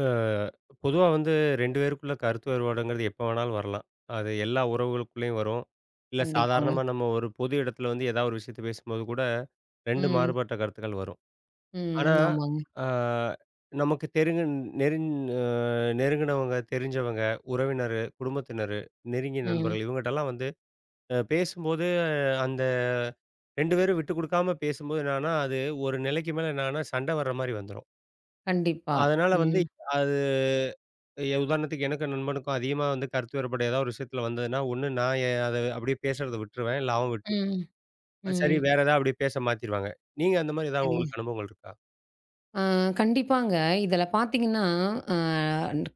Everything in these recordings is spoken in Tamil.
அ பொதுவா வந்து 2 பேருக்குள்ள கருத்து வேறுபாடுங்கிறது எப்ப வேணாலும் வரலாம். அது எல்லா உறவுகளுக்குள்ளேயும் வரும். இல்ல கண்டிப்பாங்க. சாதாரணமா நம்ம ஒரு பொது இடத்துல வந்து ஏதாவது ஒரு விஷயத்த பேசும்போது கூட 2 ம். மாறுபட்ட கருத்துக்கள் வரும். ஆனா, ம். ஆமாங்க. அ நமக்கு தெரிஞ்ச நெருங் அ நெருங்கினவங்க, தெரிஞ்சவங்க, உறவினரு, குடும்பத்தினரு, நெருங்கிய ம். நண்பர்கள் இவங்கட்டலாம் வந்து பேசும்போது அந்த 2 பேரும் விட்டு குடுக்காம பேசும்போது என்னன்னா, அது ஒரு நிலைக்கு மேல என்னன்னா சண்டை வர்ற மாரி வந்துரும். கண்டிப்பா. அதனால வந்து ம். அது உதாரணத்துக்கு எனக்கும் நண்பனுக்கும் அதிகமா வந்து கருத்து வேறுபாடு ஏதாவது ஒரு விஷயத்துல வந்ததுன்னா, ஒண்ணு நான் அத அப்படியே பேசுறத விட்டுருவேன். இல்ல அவன் விட்டு ம். சரி ம். வேற ஏதாவது அப்படியே பேச மாத்திருவாங்க. நீங்க அந்த மாதிரி ஏதாவது சரிங்க. உங்களுக்கு அனுபவங்கள் இருக்கா? ஆ கண்டிப்பாங்க. இதில பார்த்தீங்கன்னா, அ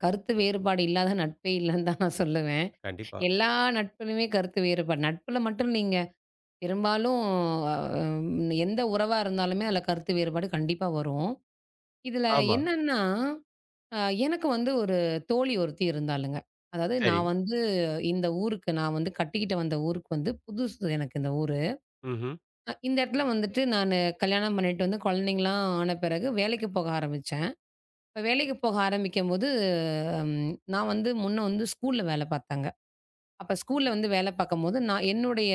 கருத்து வேறுபாடு இல்லாத நட்பே இல்லன்னு தான் நான் சொல்லுவேன். கண்டிப்பா. எல்லா நட்பிலுமே கருத்து வேறுபாடு. நட்பில மட்டும் இல்லைங்க. பெரும்பாலும் அ எந்த உறவா இருந்தாலுமே அதில கருத்து வேறுபாடு கண்டிப்பா வரும். இதில ஆமா. என்னன்னா, அ எனக்கு வந்து ஒரு தோழி ஒருத்தி இருந்தாளுங்க. அதாவது சரி. நான் வந்து இந்த ஊருக்கு நான் வந்து கட்டிக்கிட்டு வந்த ஊருக்கு வந்து புதுசு எனக்கு இந்த ஊரு. ம்ஹ்ம். இந்த இடத்துல வந்துட்டு நானு கல்யாணம் பண்ணிட்டு வந்து குழந்தைங்கலாம் ஆன பிறகு வேலைக்கு போக ஆரம்பிச்சேன். இப்ப வேலைக்கு போக ஆரம்பிக்கும்போது, நான் வந்து முன்ன வந்து ஸ்கூல்ல வேலை பார்த்தாங்க. அப்ப ஸ்கூல்ல வந்து வேலை பார்க்கும்போது,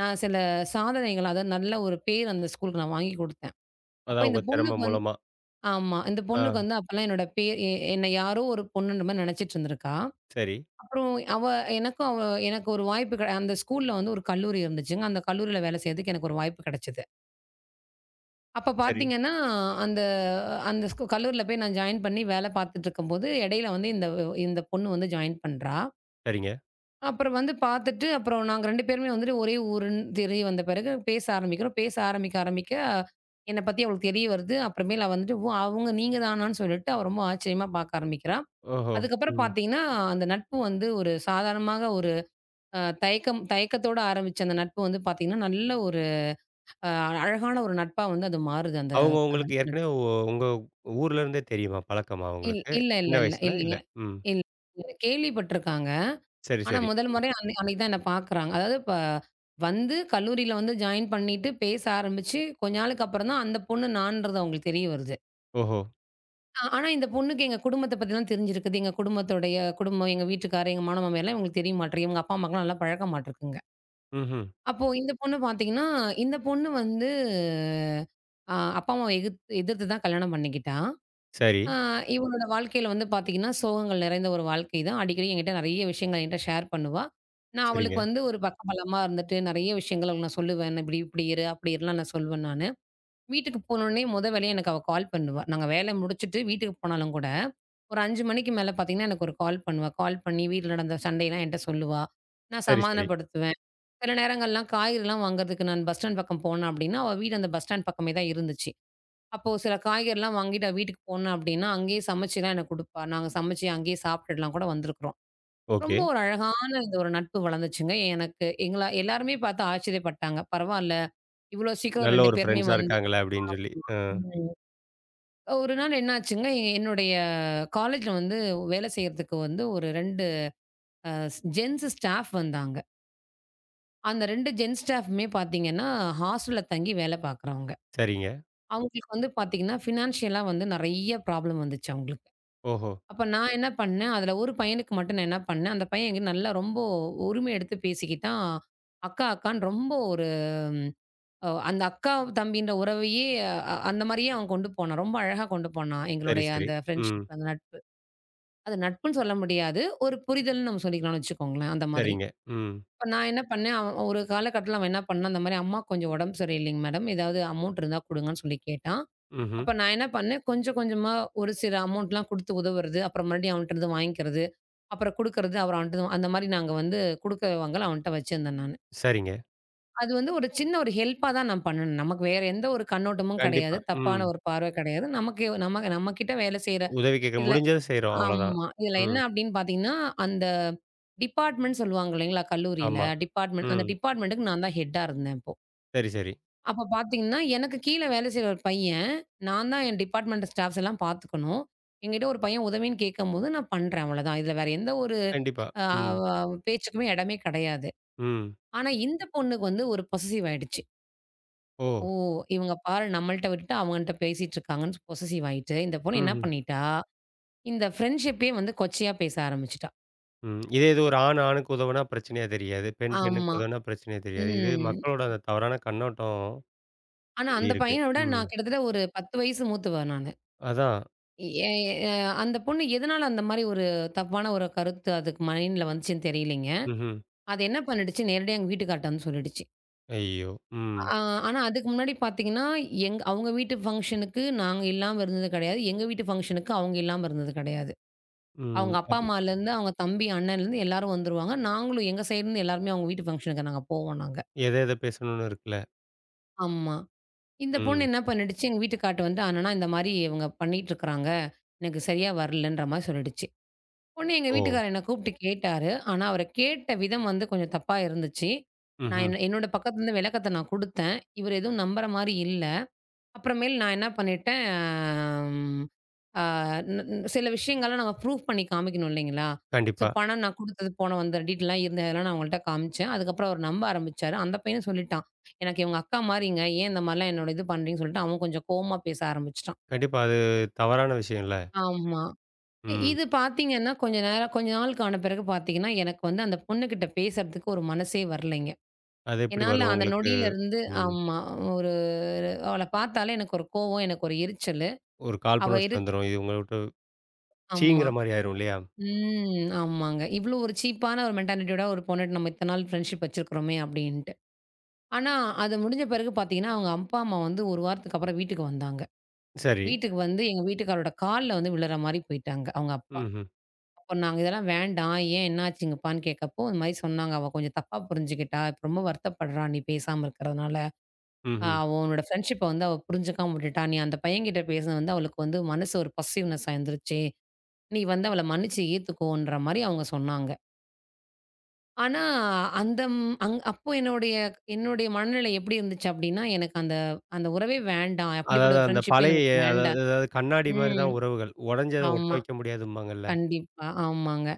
நான் சில சாதனைகள், அதாவது நல்ல ஒரு பேர் அந்த ஸ்கூலுக்கு நான் வாங்கி குடுத்தேன். அப்ப அதான் இந்த உங்க திறமை பொண்ணுக்கு வந்து மூலமா. ஆமா. இந்த ஆ பொண்ணுக்கு வந்து அப்பலாம் என்னோட பேர் என்ன யாரோ ஒரு பொண்ணுன்ற மாரி நெனச்சிட்டு இருந்திருக்கா. சரி, அப்புறம் அவ எனக்கும் அவ எனக்கு ஒரு வாய்ப்பு அந்த ஸ்கூல்ல வந்து ஒரு கல்லூரி இருந்துச்சுங்க. அந்த கல்லூரியில வேலை செய்றதுக்கு எனக்கு ஒரு வாய்ப்பு கிடைச்சது. அப்ப சரி, பார்த்தீங்கன்னா, அந்த அந்த கல்லூரில போய் நான் ஜாயின் பண்ணி வேலை பார்த்துட்டுருக்கும்போது, இடையில வந்து இந்த இந்த பொண்ணு வந்து ஜாயின் பண்றா. சரிங்க. அப்புறம் வந்து பார்த்துட்டு, அப்புறம் நாங்க 2 பேருமே வந்துட்டு ஒரே ஊருன்னு தெரிய வந்த பிறகு பேச ஆரம்பிக்கிறோம். பேச ஆரம்பிக்க ஆரம்பிக்க, என்ன பத்தி அவளுக்கு தெரிய வருது. அப்புறமேல் அவ வந்துட்டு, "ஓ! அவங்க நீங்க தானான்னு" சொல்லிட்டு அவ ரொம்ப ஆச்சரியமா பார்க்க ஆரம்பிக்கிறா. ஓஹோ! அதுக்கப்புறம் ம். பார்த்தீங்கன்னா, அந்த நட்பு வந்து ஒரு சாதாரணமாக ஒரு தயக்கம் தயக்கத்தோட ஆரம்பிச்ச அந்த நட்பு வந்து பார்த்தீங்கன்னா, நல்ல ஒரு அ அழகான ஒரு நட்பா வந்து அது மாறுது அந்த. அவங்க உங்களுக்கு ஏற்கனவே உங்க ஊர்ல இருந்தே தெரியுமா? பழக்கமா உங்களுக்கு? இல்ல, இல்ல, சின்ன இல்ல. வயசுல இல்ல? இல்லைங்க. ம். இல்ல. கேள்விப்பட்டுருக்காங்க. சரி, ஆனா சரி. முதல் ம். முறை அன்னைக்கு தான் என்ன பார்க்குறாங்க. அதாவது இப்ப வந்து கல்லூரியில வந்து ஜாயின் பண்ணிட்டு பேச ஆரம்பிச்சு, கொஞ்ச நாளுக்கு அப்புறம் தான் அந்த பொண்ணு நான்றது அவங்களுக்கு தெரிய வருது. ஓஹோ! ஆனா இந்த பொண்ணுக்கு எங்க குடும்பத்த பத்திலாம் தெரிஞ்சிருக்குது. எங்க குடும்பத்தோடைய குடும்பம், எங்க வீட்டுக்காரர், எங்க மாமனாமார்லாம் இவங்களுக்கு தெரிய மாட்டேங்குது. இவங்க அப்பா, அம்மாக்குலாம் நல்லா பழக்கமாட்டுருக்குங்க. ம்ஹ்ம். அப்போ இந்த பொண்ணு பார்த்தீங்கன்னா, இந்த பொண்ணு வந்து அப்பா, அம்மாவ எதிர்த்து தான் கல்யாணம் பண்ணிக்கிட்டா. சரி. ஆ இவளோட வாழ்க்கையில வந்து பார்த்தீங்கன்னா, சோகங்கள் நிறைந்த ஒரு வாழ்க்கை தான். அடிக்கடி என்கிட்ட நெறைய விஷயங்கள் என்கிட்ட ஷேர் பண்ணுவா. நான் அவளுக்கு சரிங்க. வந்து ஒரு பக்கபலமா இருந்துட்டு, நெறைய விஷயங்கள் அவளுக்கு நான் சொல்லுவேன். "இப்படி இப்படி இரு" அப்படிலாம் நான் சொல்லுவேன் நானு. வீட்டுக்கு போனோனே மொத வேலையா எனக்கு அவ கால் பண்ணுவா. நாங்க வேல முடிச்சுட்டு வீட்டுக்கு போனாலும் கூட, ஒரு 5 மணிக்கு மேல பார்த்தீங்கன்னா, எனக்கு ஒரு கால் பண்ணுவா. கால் பண்ணி வீட்ல நடந்த சண்டைலாம் என்ட்ட சொல்லுவா. நான் சரி, சரி. சமாதானப்படுத்துவேன். சில நேரங்கள்லாம் காய்கறிலாம் வாங்குறதுக்கு நான் பஸ் ஸ்டாண்ட் பக்கம் போனேன் அப்படின்னா, அவ வீடு அந்த பஸ் ஸ்டாண்ட் பக்கமே தான் இருந்துச்சு. அப்போ சில காய்கறிலாம் வாங்கிட்டு வீட்டுக்கு போனேன் அப்படின்னா, அங்கேயே சமைச்சுலாம் எனக்கு குடுப்பா. நாங்க சமைச்சு அங்கேயே சாப்பிட்டுலாம் கூட வந்திருக்கிறோம். ஓகே. ரொம்ப ஒரு அழகான இந்த ஒரு நட்பு வளர்ந்துச்சுங்க. எனக்கு எங்கள எல்லாருமே பார்த்து ஆச்சரியப்பட்டாங்க. பரவால்ல, இவ்வளோ சீக்கிரம் நல்ல 2 ஒரு பேருமே ஃப்ரெண்ட்ஸா வந்து. இருக்காங்களே அப்படின்னு சொல்லி. ஆ ம். ஒரு நாள் என்ன ஆச்சுங்க, என்னுடைய காலேஜ்ல வந்து வேலை செய்றதுக்கு வந்து ஒரு 2 ஜென்ஸ் ஸ்டாஃப் வந்தாங்க. அந்த 2 ஜென்ஸ் ஸ்டாஃப்மே பார்த்தீங்கன்னா, ஹாஸ்டல்ல தங்கி வேலை பார்க்குறவங்க. சரிங்க. அவங்களுக்கு வந்து பார்த்தீங்கன்னா, ஃபினான்ஷியலா வந்து நெறைய ப்ராப்ளம் வந்துச்சு அவங்களுக்கு. ஓஹோ! அப்ப நான் என்ன பண்ணேன், அதுல ஒரு பையனுக்கு மட்டும் நான் என்ன பண்ணேன், அந்த பையன் என்கிட்ட நல்லா ரொம்ப உரிமை எடுத்து பேசிக்கிட்டான். அக்கா, அக்கான்னு ரொம்ப ஒரு அந்த அக்கா, தம்பின்ற உறவையே அந்த மாரியே அவன் கொண்டு போனான். ரொம்ப அழகா கொண்டு போனான். சரி, எங்களுடைய சரி. அந்த ம். ஃப்ரெண்ட்ஷிப், அந்த நட்பு. அது நட்புன்னு சொல்ல முடியாது. ஒரு புரிதல்னு நம்ம சொல்லிக்கலாம்னு வச்சுக்கோங்களேன், அந்த மாதிரி. சரிங்க. ம். இப்ப நான் என்ன பண்ணேன், அவன் ஒரு காலகட்டத்தில அவன் என்ன பண்ணான், இந்த மாரி, "அம்மாக்கு கொஞ்சம் உடம்பு சரியில்லைங்க மேடம். ஏதாவது அமௌண்ட் இருந்தா குடுங்கன்னு" சொல்லி கேட்டான். ம்ஹ்ம். அப்ப நான் என்ன பண்ணேன், கொஞ்சம் கொஞ்சமா ஒரு சில அமௌண்ட்லாம் குடுத்து உதவுறது. அப்புறம் மறுபடியும் அவன்ட்டருந்து வாங்கிக்கிறது. அப்புறம் குடுக்கறது. அப்புறம் அவன்ட்டருந்து அந்த மாரி நாங்க வந்து குடுக்க வாங்கல அவன்ட்ட வச்சிருந்தேன் நானு. சரிங்க. அது வந்து ஒரு சின்ன ஒரு ஹெல்ப்பா தான் நான் பண்ணுனேன். நமக்கு வேற எந்த ஒரு கண்ணோட்டமும் கண்டிப்பா. கிடையாது. ம். தப்பான ஒரு பார்வை கிடையாது. நமக்கு நமக்கு நம்மகிட்ட வேலை செய்ற உதவி கேட்க இதுல. முடிஞ்சத செய்றோம். அவ்வளோதான். ஆமா. இதுல என்ன ம். அப்டின்னு பார்த்தீங்கன்னா, அந்த டிபார்ட்மென்ட் சொல்லுவாங்க இல்லைங்களா? கல்லூரியில ஆமா. டிபார்ட்மென்ட் அந்த ம். டிபார்ட்மென்ட்க்கு நான் தான் ஹெட்டா இருந்தேன் அப்போ. சரி, சரி. அப்ப பார்த்தீங்கன்னா, எனக்கு கீழ வேலை செய்ற ஒரு பையன், நான் தான் என் டிபார்ட்மெண்ட் ஸ்டாஃப்ஸ் எல்லாம் பார்த்துக்கணும். என்கிட்ட ஒரு பையன் உதவின்னு கேட்கும்போது, நான் பண்றேன் அவ்வளோதான். இதுல வேற எந்த ஒரு கண்டிப்பா. அ ம். வ பேச்சுக்குமே இடமே கிடையாது. ம். ஆனா இந்த பொண்ணுக்கு வந்து ஒரு பொசசிவ் ஆயிடுச்சு. ஓ! ஓ! இவங்க பாரு நம்மள்ட்ட விட்டுட்டு அவங்கள்ட்ட பேசிட்டு இருக்காங்கன்னு பொசசிவ் ஆயிட்டு, இந்த பொண்ணு ம்ஹ்ம். என்ன ம். பண்ணிட்டா, இந்த ஃப்ரெண்ட்ஷிப்பே வந்து கொச்சையா பேச ஆரம்பிச்சுட்டா. ம். இதே இது ஒரு ஆண் ஆணுக்கு உதவுனா பிரச்சனையா தெரியாது. பெண் பெண்ணுக்கு ஆமா. உதவுனா பிரச்சனையா தெரியாது. இது ம். மக்களோட அந்த தவறான கண்ணோட்டம் ஆனா இப்படி அந்த இருக்கு. பையன விட ம். நான் கிட்டத்தட்ட ஒரு 10 வயசு மூத்தவ நானு. அதான். எ எ அந்த பொண்ணு எதனால அந்த மாரி ஒரு தப்பான ஒரு கருத்து அதுக்கு மைண்ட்ல வந்துச்சுன்னு தெரியலைங்க. ம்ஹ்ம். அது என்ன பண்ணிடுச்சு, நேரடியா எங்க வீட்டுக்கார்ட்ட வந்து சொல்லிடுச்சு. ஐயோ! ம். ஆ ஆனா அதுக்கு முன்னாடி பார்த்தீங்கன்னா, அவங்க வீட்டு ஃபங்ஷனுக்கு நாங்க இல்லாம இருந்தது கிடையாது. எங்க வீட்டு ஃபங்ஷனுக்கு அவங்க இல்லாம இருந்தது கிடையாது. ம். அவங்க அப்பா, அப்ப அம்மாலேருந்து, அவங்க தம்பி, அண்ணன்லேருந்து எல்லாரும் வந்துருவாங்க. நாங்களும் எங்க சைடுலேருந்து எல்லாருமே அவங்க வீட்டு ஃபங்ஷனுக்கு நாங்க போவோம் நாங்க. எத எத பேசணும்னு இருக்குல்ல. ஆமா. இந்த பொண்ணு ம். என்ன பண்ணிடுச்சு, எங்க வீட்டுக்கார்ட்ட வந்து, "அண்ணனா இந்த மாரி இவங்க பண்ணிட்டு இருக்கிறாங்க. எனக்கு சரியா வரலன்ற" மாரி சொல்லிடுச்சு. உடனே எங்க ஓ! வீட்டுக்காரர் என்ன கூப்பிட்டு கேட்டாரு. ஆனா, அவரு கேட்ட விதம் வந்து கொஞ்சம் தப்பா இருந்துச்சு. நான் ம்ஹ்ம். என்ன என்னோட பக்கத்துல இருந்து விளக்கத்த நான் குடுத்தேன். இவரு எதுவும் நம்புற மாரி இல்ல. அப்புறமேல் நான் என்ன பண்ணிட்டேன், ம் ஆ ந ந சில விஷயங்கள்லாம் நம்ம ப்ரூஃப் பண்ணி காமிக்கணும் இல்லைங்களா? ஸோ கண்டிப்பா. பணம் நான் குடுத்தது, போன வந்த டீட்டெயில்லாம் இருந்தது அதெல்லாம் நான் அவங்கள்ட்ட காமிச்சேன். அதுக்கப்புறம் அவர் நம்ப ஆரம்பிச்சாரு. அந்த பையனும் சொல்லிட்டான். எனக்கு இவங்க அக்கா மாரிங்க. ஏன் இந்த மாரிலாம் என்னோட இது பண்றீங்கன்னு சொல்லிட்டு, அவன் கொஞ்சம் கோவமா பேச ஆரம்பிச்சுட்டான். கண்டிப்பா. அது தவறான விஷயம்ல. ஆமா. ம். இது பார்த்தீங்கன்னா, கொஞ்ச நேரம் கொஞ்ச நாளுக்கான பிறகு பார்த்தீங்கன்னா, எனக்கு வந்து அந்த பொண்ணுகிட்ட பேசுறதுக்கு ஒரு மனசே வரலைங்க. அது எப்படி என்னால வரும் அந்த உங்களுக்கு? நொடியிலருந்து. ம். ஆமா. ஒரு அவள பார்த்தாலே எனக்கு ஒரு கோவம், எனக்கு ஒரு எரிச்சலு. ஒரு அவ காழ்ப்புணர்ச்சி இரு வந்துரும். இது உங்கள்ட்ட ஆமா. சீங்கிற மாரி ஆயிரும் இல்லையா? ம். ஆமாங்க. இவ்ளோ ஒரு சீப்பான ஒரு மென்டாலிட்டியோட ஒரு பொண்ணுட்ட நம்ம இத்தன நாள் ஃப்ரெண்ட்ஷிப் வச்சிருக்கிறோமே அப்டின்ட்டு. ஆனா, அது முடிஞ்ச பிறகு பார்த்தீங்கன்னா, அவங்க அப்பா, அம்மா வந்து 1 வாரத்துக்கு அப்புறம் வீட்டுக்கு வந்தாங்க. சரி. வீட்டுக்கு வந்து எங்க வீட்டுக்காரரோட கால்ல வந்து விழுற மாரி போயிட்டாங்க, அவங்க அப்பா. ம்ஹ்ம். அப்ப நாங்க இதெல்லாம் வேண்டாம். ஏன் என்ன ஆச்சுங்கப்பான்னு கேட்கப்போ, இந்த மாரி சொன்னாங்க. "அவ கொஞ்சம் தப்பா புரிஞ்சுக்கிட்டா. இப்ப ரொம்ப வருத்தப்படுறா நீ பேசாம இருக்கிறதுனால. ம்ஹ்ம். அவ உன்னோட ஃப்ரெண்ட்ஷிப்ப வந்து அவ புரிஞ்சுக்காம விட்டுட்டா. நீ அந்த பையன்கிட்ட பேசினது வந்து அவளுக்கு வந்து மனசு ஒரு பஸ்ஸிவ்னஸ் ஆயிருந்துருச்சு. நீ வந்து அவள மன்னிச்சு ஏத்துக்கோன்ற" மாரி அவங்க சொன்னாங்க. ஆனா அந்த ம் அங் அப்போ என்னுடைய என்னுடைய மனநிலை எப்படி இருந்துச்சு அப்படின்னா, எனக்கு அந்த அந்த உறவே வேண்டாம். அப்படிப்பட்ட அதாவது ஒரு அந்த ஃப்ரெண்ட்ஷிப்பே பழைய எனக்கு அதாவது வேண்டாம். அதாவது கண்ணாடி மாரி ம். தான் உறவுகள். உடைஞ்சத ஒட்ட ஆமா. வைக்க முடியாதும்பாங்கல்ல. கண்டிப்பா. ஆமாங்க.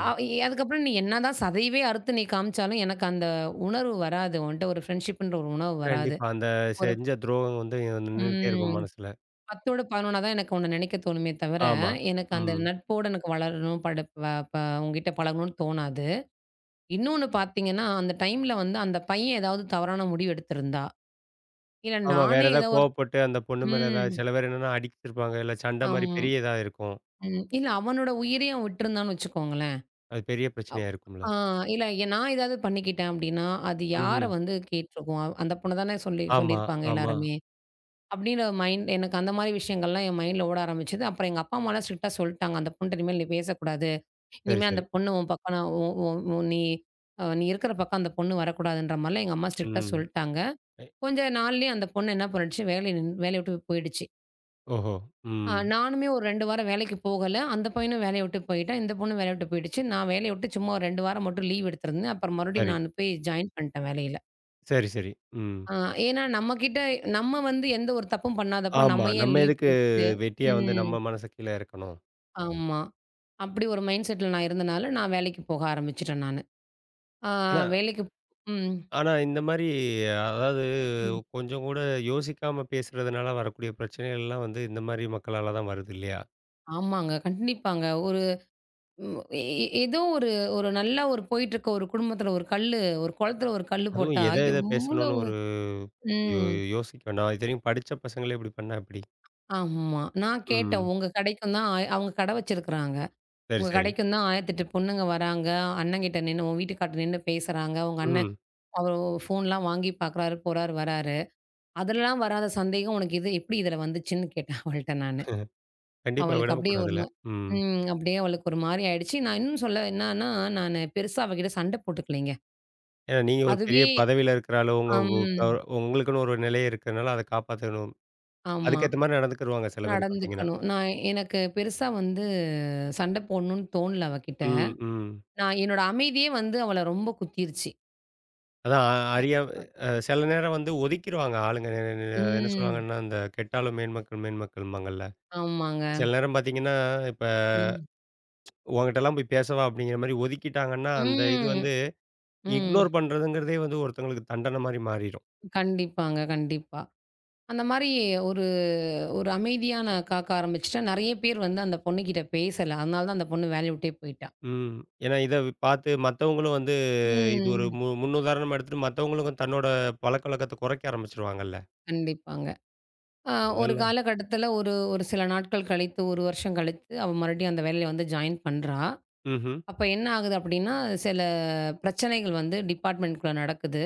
ஆ இ அதுக்கப்புறம் நீ என்னதான் சதையவே அறுத்து நீ காமிச்சாலும், எனக்கு அந்த உணர்வு வராது. உன்ட்ட ஒரு ஃப்ரெண்ட்ஷிப்ன்ற ஒரு உணர்வு வராது. கண்டிப்பா. அந்த ஒரு செஞ்ச துரோகம் வந்து நின்னுகிட்டே இருக்கும் ம் மனசுல. 10 ஓட 11 தான் எனக்கு உன்ன நினைக்க தோணுமே தவிர, ஆமா. எனக்கு அந்த ம். நட்போட எனக்கு வளரணும், படு ப ப உன்கிட்ட பழகணும்னு தோணாது. இன்னொன்னு பார்த்தீங்கன்னா, அந்த டைம்ல வந்து அந்த பையன் ஏதாவது தவறான முடிவு எடுத்திருந்தா, இல்ல ஆமா. வேற நானே ஏதோ ஏதாவது ஒரு. கோவப்பட்டு அந்த பொண்ணு மேல ம். ஏதாவது சில பேர் என்னன்னா அடிச்சிருப்பாங்க. இல்ல சண்டை மாரி ஆமா. பெரிய இதா இருக்கும். ம். இல்ல அவனோட உயிரையும் அவன் விட்டிருந்தான்னு வச்சுக்கோங்களேன். அது பெரிய அம். பிரச்சனையா இருக்கும்ல. ஆ இல்ல நான் ஏதாவது பண்ணிக்கிட்டேன் அப்படின்னா, அது யார ம்ஹ்ம். வந்து கேட்டுருக்கும்? அந்த பொண்ண தானே சொல்லி ஆமா, சொல்லியிருப்பாங்க ஆமா. எல்லாருமே. அப்படின்ற மைண்ட் எனக்கு அந்த மாரி விஷயங்கள்லாம் என் மைண்ட்ல ஓட ஆரம்பிச்சது. அப்புறம் எங்க அப்பா, அம்மாலாம் ஸ்ட்ரிக்ட்டா சொல்ட்டாங்க. அந்த பொண்ணுட்ட இனிமேல் நீ பேசக்கூடாது. சரி, இனிமேல் சரி. அந்த பொண்ணு உன் பக்கம் நான் உ உ உ நீ இருக்கிற பக்கம் அந்த பொண்ணு வரக்கூடாதுன்ற மாரிலாம் எங்க அம்மா ஸ்ட்ரிக்ட்டா ம். சொல்ட்டாங்க. எ கொஞ்ச நாள்லயே அந்த பொண்ணு என்ன பண்ணிடுச்சு, வேலைய விட்டு போயிடுச்சு. ஓஹோ! ம். நானுமே ஒரு 2 வாரம் வேலைக்கு போகல. அந்த பையனும் வேலைய விட்டு போயிட்டான். இந்த பொண்ணும் வேலைய விட்டு போயிடுச்சு. நான் வேலைய விட்டு சும்மா ஒரு 2 வாரம் மட்டும் லீவ் எடுத்திருந்தேன். அப்புறம் மறுபடியும் சரி. நான் போய் ஜாயின் பண்ணிட்டேன் வேலையில. சரி, சரி. ம். ஆ ஏன்னா நம்ம வந்து எந்த ஒரு தப்பும் பண்ணாதப்போ ஆமா. நம்ம ஏன் நம்ம லீவ் எதுக்கு போட்டுட்டு. வெட்டியா வந்து ம். நம்ம மனச கீழ இறக்கணும்? ஆமா. அப்படி ஒரு மைண்ட் செட்ல நான் இருந்தனால நான் வேலைக்கு போக ஆரம்பிச்சுட்டேன் நானு. ஆ ஆனா வேலைக்கு ம். ஆனா இந்த மாரி அதாவது ம். கொஞ்சம் கூட யோசிக்காம பேசுறதுனால வரக்கூடிய பிரச்சனைகள்லாம் வந்து இந்த மாரி மக்களால தான் வருது இல்லையா? ஆமாங்க. கண்டிப்பாங்க. ஒரு ஏதோ ஒரு ஒரு நல்லா ஒரு போயிட்டுருக்க ஒரு குடும்பத்தில ஒரு கல்லு ஒரு குளத்தில ஒரு கல்லு அதுவும் போட்டா எத எத பேசணும்னு எவ்வளவு. ஒரு யோ ம். யோசிக்க வேண்டாம். இத்தனைக்கும் படிச்ச பசங்களே இப்படி பண்ணா எப்படி? ஆமா. நான் கேட்டேன். ம். உங்க கடைக்கும் தான் ஆய அவங்க கடை வச்சிருக்கிறாங்க. சரி, உங்க சரி. கடைக்கும் தான் 1008 பொண்ணுங்க வராங்க. அண்ணங்கிட்ட நின்னு உன் வீட்டுக்கார்ட்ட நின்னு பேசுறாங்க. உங்க அண்ணன் ம். அவரு ஃபோன்லாம் வாங்கி பார்க்குறாரு, போறாரு, வராரு. அதுலலாம் வராத சந்தேகம் உனக்கு இது எப்படி இதுல வந்துச்சுன்னு கேட்டேன் அவள்ட்ட நானு. கண்டிப்பா அவளுக்கு அப்படியே ஒரு விடக்கூடாதுல்ல. மா ம். ம். அப்படியே அவளுக்கு ஒரு மாரி ஆயிடுச்சு. நான் இன்னும் சொல்ல என்னன்னா, நானு பெருசா அவகிட்ட சண்டை போட்டுக்கலைங்க. ஏன்னா, நீங்க ஒரு பெரிய அதுவே பதவியில இருக்கிற ஆளு. உங்க அம். உ அ உங்களுக்குன்னு ஒரு நிலை இருக்கிறனால அத காப்பாத்தணும். ஆமா. அதுக்கேத்த மாரி நடந்துக்கிருவாங்க சில பேர் பார்த்தீங்கன்னா. நடந்துக்கணும். நான் எனக்கு பெருசா வந்து சண்டை போடணும்னு தோணல அவகிட்ட. ம், ம். நான் என்னோட அமைதியே வந்து அவள ரொம்ப குத்திருச்சு. அதான் அ அறியா அ. அ சில நேரம் வந்து ஒதுக்கிருவாங்க ஆளுங்க. நெ நெ நெ- என்ன ம். சொல்லுவாங்கன்னா, இந்த கெட்டாலும் மேன்மக்கள் மேன்மக்கள்ம்பாங்கல்ல. ஆமாங்க. சில நேரம் பார்த்தீங்கன்னா, இப்ப ம். உன்கிட்டலாம் போய் பேசவா? அப்படிங்கிற மாரி ஒதுக்கிட்டாங்கன்னா, அந்த இது ம். வந்து ம். இக்னோர் பண்றதுங்கிறதே வந்து ஒருத்தங்களுக்கு தண்டனை மாரி மாறிரும். கண்டிப்பாங்க, கண்டிப்பா. அந்த மாரி ஒரு ஒரு அமைதியா நான் காக்க ஆரம்பிச்சுட்டா, நெறைய பேர் வந்து அந்த பொண்ணுகிட்ட பேசல. அதனால தான் அந்த பொண்ணு வேலைய விட்டே போயிட்டா. ம். ஏன்னா இத பார்த்து மத்தவங்களும் வந்து இது ஒரு ம். முன்னுதாரணமா எடுத்துட்டு மத்தவங்களுக்கும் தன்னோட பழக்கவழக்கத்த குறைக்க ஆரம்பிச்சுருவாங்கல்ல. கண்டிப்பாங்க. அ ஒரு இதெல்லாம் காலகட்டத்தில ஒரு ஒரு சில நாட்கள் கழித்து, 1 வருஷம் கழித்து அவ மறுபடியும் அந்த வேலையில வந்து ஜாயின் பண்றா. ம்ஹ்ம். அப்ப என்ன ஆகுது அப்டின்னா, சில பிரச்சனைகள் வந்து டிபார்ட்மெண்ட்குள்ள நடக்குது.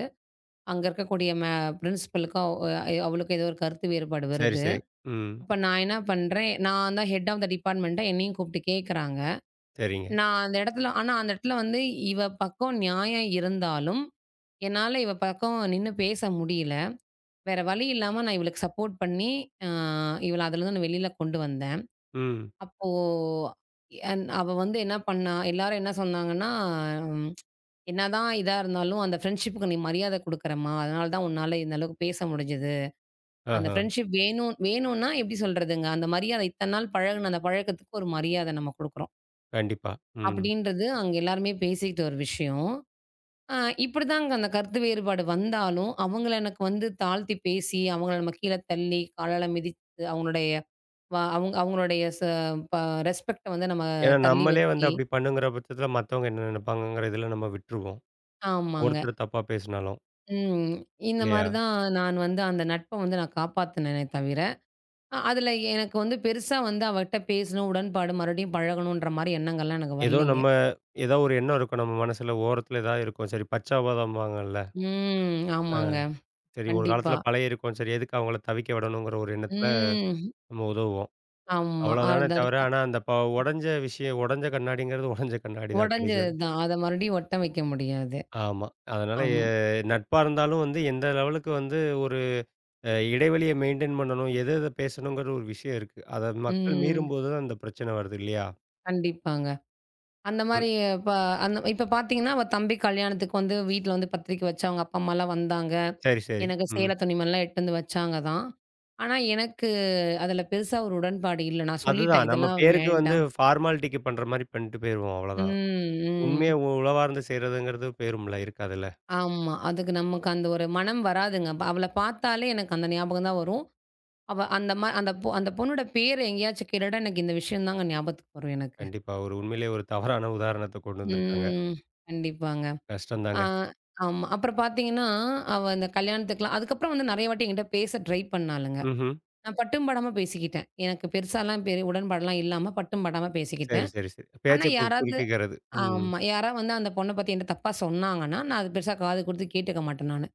அங்க இருக்கக்கூடிய பிரின்சிபலுக்கும் அவ் அ அவளுக்கும் ஏதோ ஒரு கருத்து வேறுபாடு சரி, வருது. சரி. ம். அப்ப நான் என்ன பண்றேன், நான் தான் ஹெட் ஆஃப் த டிபார்ட்மெண்ட்டா என்னையும் கூப்பிட்டு கேட்கறாங்க. சரிங்க. நான் அந்த இடத்துல ஆனா அந்த இடத்துல வந்து இவ பக்கம் நியாயம் இருந்தாலும், என்னால இவ பக்கம் நின்னு பேச முடியல. வேற வழி இல்லாம நான் இவளுக்கு சப்போர்ட் பண்ணி, அ இவள அதுலருந்து நான் வெளில கொண்டு வந்தேன். ம். அப்போ அவ வந்து என்ன பண்ணா, எல்லாரும் என்ன சொன்னாங்கன்னா, உம், "என்னதான் இதா இருந்தாலும் அந்த ஃப்ரெண்ட்ஷிப்புக்கு நீ மரியாதை குடுக்குறம்மா. அதனால தான் உன்னால இந்த அளவுக்கு பேச முடிஞ்சது." அந்த ஆஹா. ஃப்ரெண்ட்ஷிப் வேணும் வேணும்னா எப்படி சொல்றதுங்க? அந்த மரியாதை இத்தன நாள் பழகுன அந்த பழக்கத்துக்கு ஒரு மரியாதை நம்ம குடுக்குறோம். கண்டிப்பா. ம். அப்படின்றது அங்க எல்லாருமே பேசிக்கிட்ட ஒரு விஷயம். அ இப்படிதாங்க அந்த கருத்து வேறுபாடு வந்தாலும், அவங்கள எனக்கு வந்து தாழ்த்தி பேசி, அவங்கள நம்ம கீழ தள்ளி, காலால மிதித்து அவங்களுடைய வ அவங்க அவங்களுடைய ச ப ரெஸ்பெக்ட்ட வந்து நம்ம ஏன்னா தள்ளி நம்மளே வந்து வச்சு. அப்படி பண்ணுங்கிற பட்சத்தில மத்தவங்க என்ன நினைப்பாங்கங்கிற இதில நம்ம விட்டுருவோம். ஆமாங்க. ஒருத்தர் தப்பா பேசினாலும். ம். இந்த இல்லையா? மாரி தான் நான் வந்து அந்த நட்ப வந்து நான் காப்பாத்துனேனே தவிர அதுல எனக்கு வந்து பெருசா வந்து அவட்ட பேசணும், உடன்பாடு மறுபடியும் பழகணுன்ற மாரி எண்ணங்கள்லாம் எனக்கு ஏதோ வரலைங்க. நம்ம ஏதோ ஒரு எண்ணம் இருக்கும் நம்ம மனசுல ஓரத்தில ஏதாவது இருக்கும். சரி பச்சாபாதாம்பாங்கல்ல. ம். அ ஆமாங்க. சரி ஒரு காலத்தில கண்டிப்பா. பழகியிருக்கோம். சரி எதுக்கு அவங்கள தவிக்க விடணுங்கிற ஒரு எண்ணத்தில ம். நம்ம உதவுவோம். ஆமா. அவ்வளோதானே அது தவிர, அடுத் ஆனா அந்த உடைஞ்ச விஷயம் உடைஞ்ச கண்ணாடிங்கிறது உடைஞ்ச கண்ணாடி தான் கடைசி உடைஞ்சது வரை. தான். அத மறுபடியும் ஒட்ட வைக்க முடியாது. ஆமா. அதனால ஆம். நட்பா இருந்தாலும் வந்து எந்த லெவலுக்கு வந்து ஒரு இடைவெளிய மெயின்டெயின் பண்ணணும். எத எத பேசணுங்கிற ஒரு விஷயம் இருக்கு. அத மக்கள் ம். மீறும்போது தான் அந்த பிரச்சனை வருது இல்லையா? கண்டிப்பாங்க. அந்த ம். மாரி இப்ப அந்த இப்ப பார்த்தீங்கன்னா, அவ தம்பி கல்யாணத்துக்கு வந்து வீட்ல வந்து பத்திரிக்கை வச்சு அவங்க அப்பா, அம்மாலாம் வந்தாங்க. சரி, சரி. எனக்கு ம். சேலை, துணிமணிலாம் எடுத்து வந்து வச்சாங்க தான். ஆனா, எனக்கு அதுல பெருசா ஒரு உடன்பாடு இல்ல. நான் சொல்லிட்டேன், அதுதான் நம்ம இதெல்லாம் பேருக்கு வந்து வேண்டாம். ஃபார்மாலிட்டிக்கு பண்ற மாரி பண்ணிட்டு போயிருவோம் ம், அவ்வளோதான். ம். உண்மைய உ உளவார்ந்து செய்றதுங்கிறது போயிரும்ல, இருக்காதுல்ல. ஆமா. அதுக்கு நமக்கு அந்த ஒரு மனம் வராதுங்க. அவள பார்த்தாலே எனக்கு அந்த ஞாபகம் தான் வரும். அவ அந்த ம அந்த பொ அந்த பொண்ணோட பேரு எங்கேயாச்சும் கேட்டுட்டா எனக்கு இந்த விஷயம் தாங்க ஞாபகத்துக்கு வரும் எனக்கு. கண்டிப்பா ஒரு உண்மையிலேயே ஒரு தவறான உதாரணத்த கொண்டு வந்திருக்காங்க. ம். கண்டிப்பாங்க. கஷ்டம் ஆ தாங்க. ஆமா. அப்புறம் பார்த்தீங்கன்னா, அந்த கல்யாணத்துக்குலாம் அதுக்கப்புறம் வந்து நெறைய வாட்டி என்கிட்ட பேச ட்ரை பண்ணாளுங்க. ம்ஹ்ம். நான் பட்டும் படாம பேசிக்கிட்டேன். எனக்கு பெருசாலாம் பெரிய உடன்பாடுலாம் இல்லாம பட்டும் படாம சரி, பேசிக்கிட்டேன். சரி, சரி. பேச்ச ஆனா யாராவது. குறுக்கிக்கிறது. ம். ஆமா. யாராவது வந்து அந்த பொண்ண பத்தி என்ட்ட தப்பா சொன்னாங்கன்னா, நான் அது பெருசா காது குடுத்து கேட்டுக்க மாட்டேன் நானு.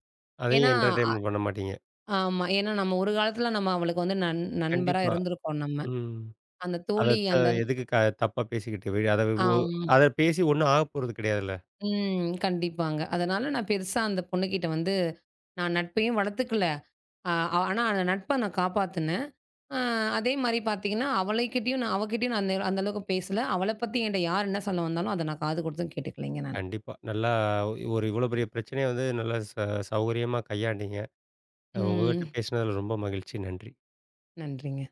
அதையும் ஏன்னா என்டர்டெயின்மென்ட் பண்ண மாட்டீங்க. ஆமா. ஏன்னா நம்ம ஒரு காலத்துல நம்ம அவளுக்கு வந்து நண்பரா கண்டிப்பா. இருந்திருக்கோம் நம்ம. ம். அந்த அத தோழி த அந்த எதுக்கு தப்பா பேசிக்கிட்டு? வி அத ஒ ஆம். அத பேசி ஒண்ணும் ஆகப்போறது கிடையாதுல்ல. ம். கண்டிப்பாங்க. அதனால நான் பெருசா அந்த பொண்ணுகிட்ட வந்து நான் நட்பையும் வளர்த்துக்கல. ஆ, அ ஆனா அந்த நட்ப நான் காப்பாத்துனேன். அ அதே மாரி பார்த்தீங்கன்னா, அவளைக்கிட்டயும் நான் அவகிட்டயும் நான் அந்த அந்த அளவுக்கு பேசல. அவள பத்தி என்ட்ட யார் என்ன சொல்ல வந்தாலும் அத நான் காது குடுத்தும் கேட்டுக்கலைங்க நான். கண்டிப்பா. நல்லா ஒரு இவ்வளோ பெரிய பிரச்சனைய வந்து நல்லா சௌகரியமா கையாண்டீங்க. உங்ககிட்ட ம். பேசினதுல ரொம்ப மகிழ்ச்சி. நன்றி. நன்றிங்க.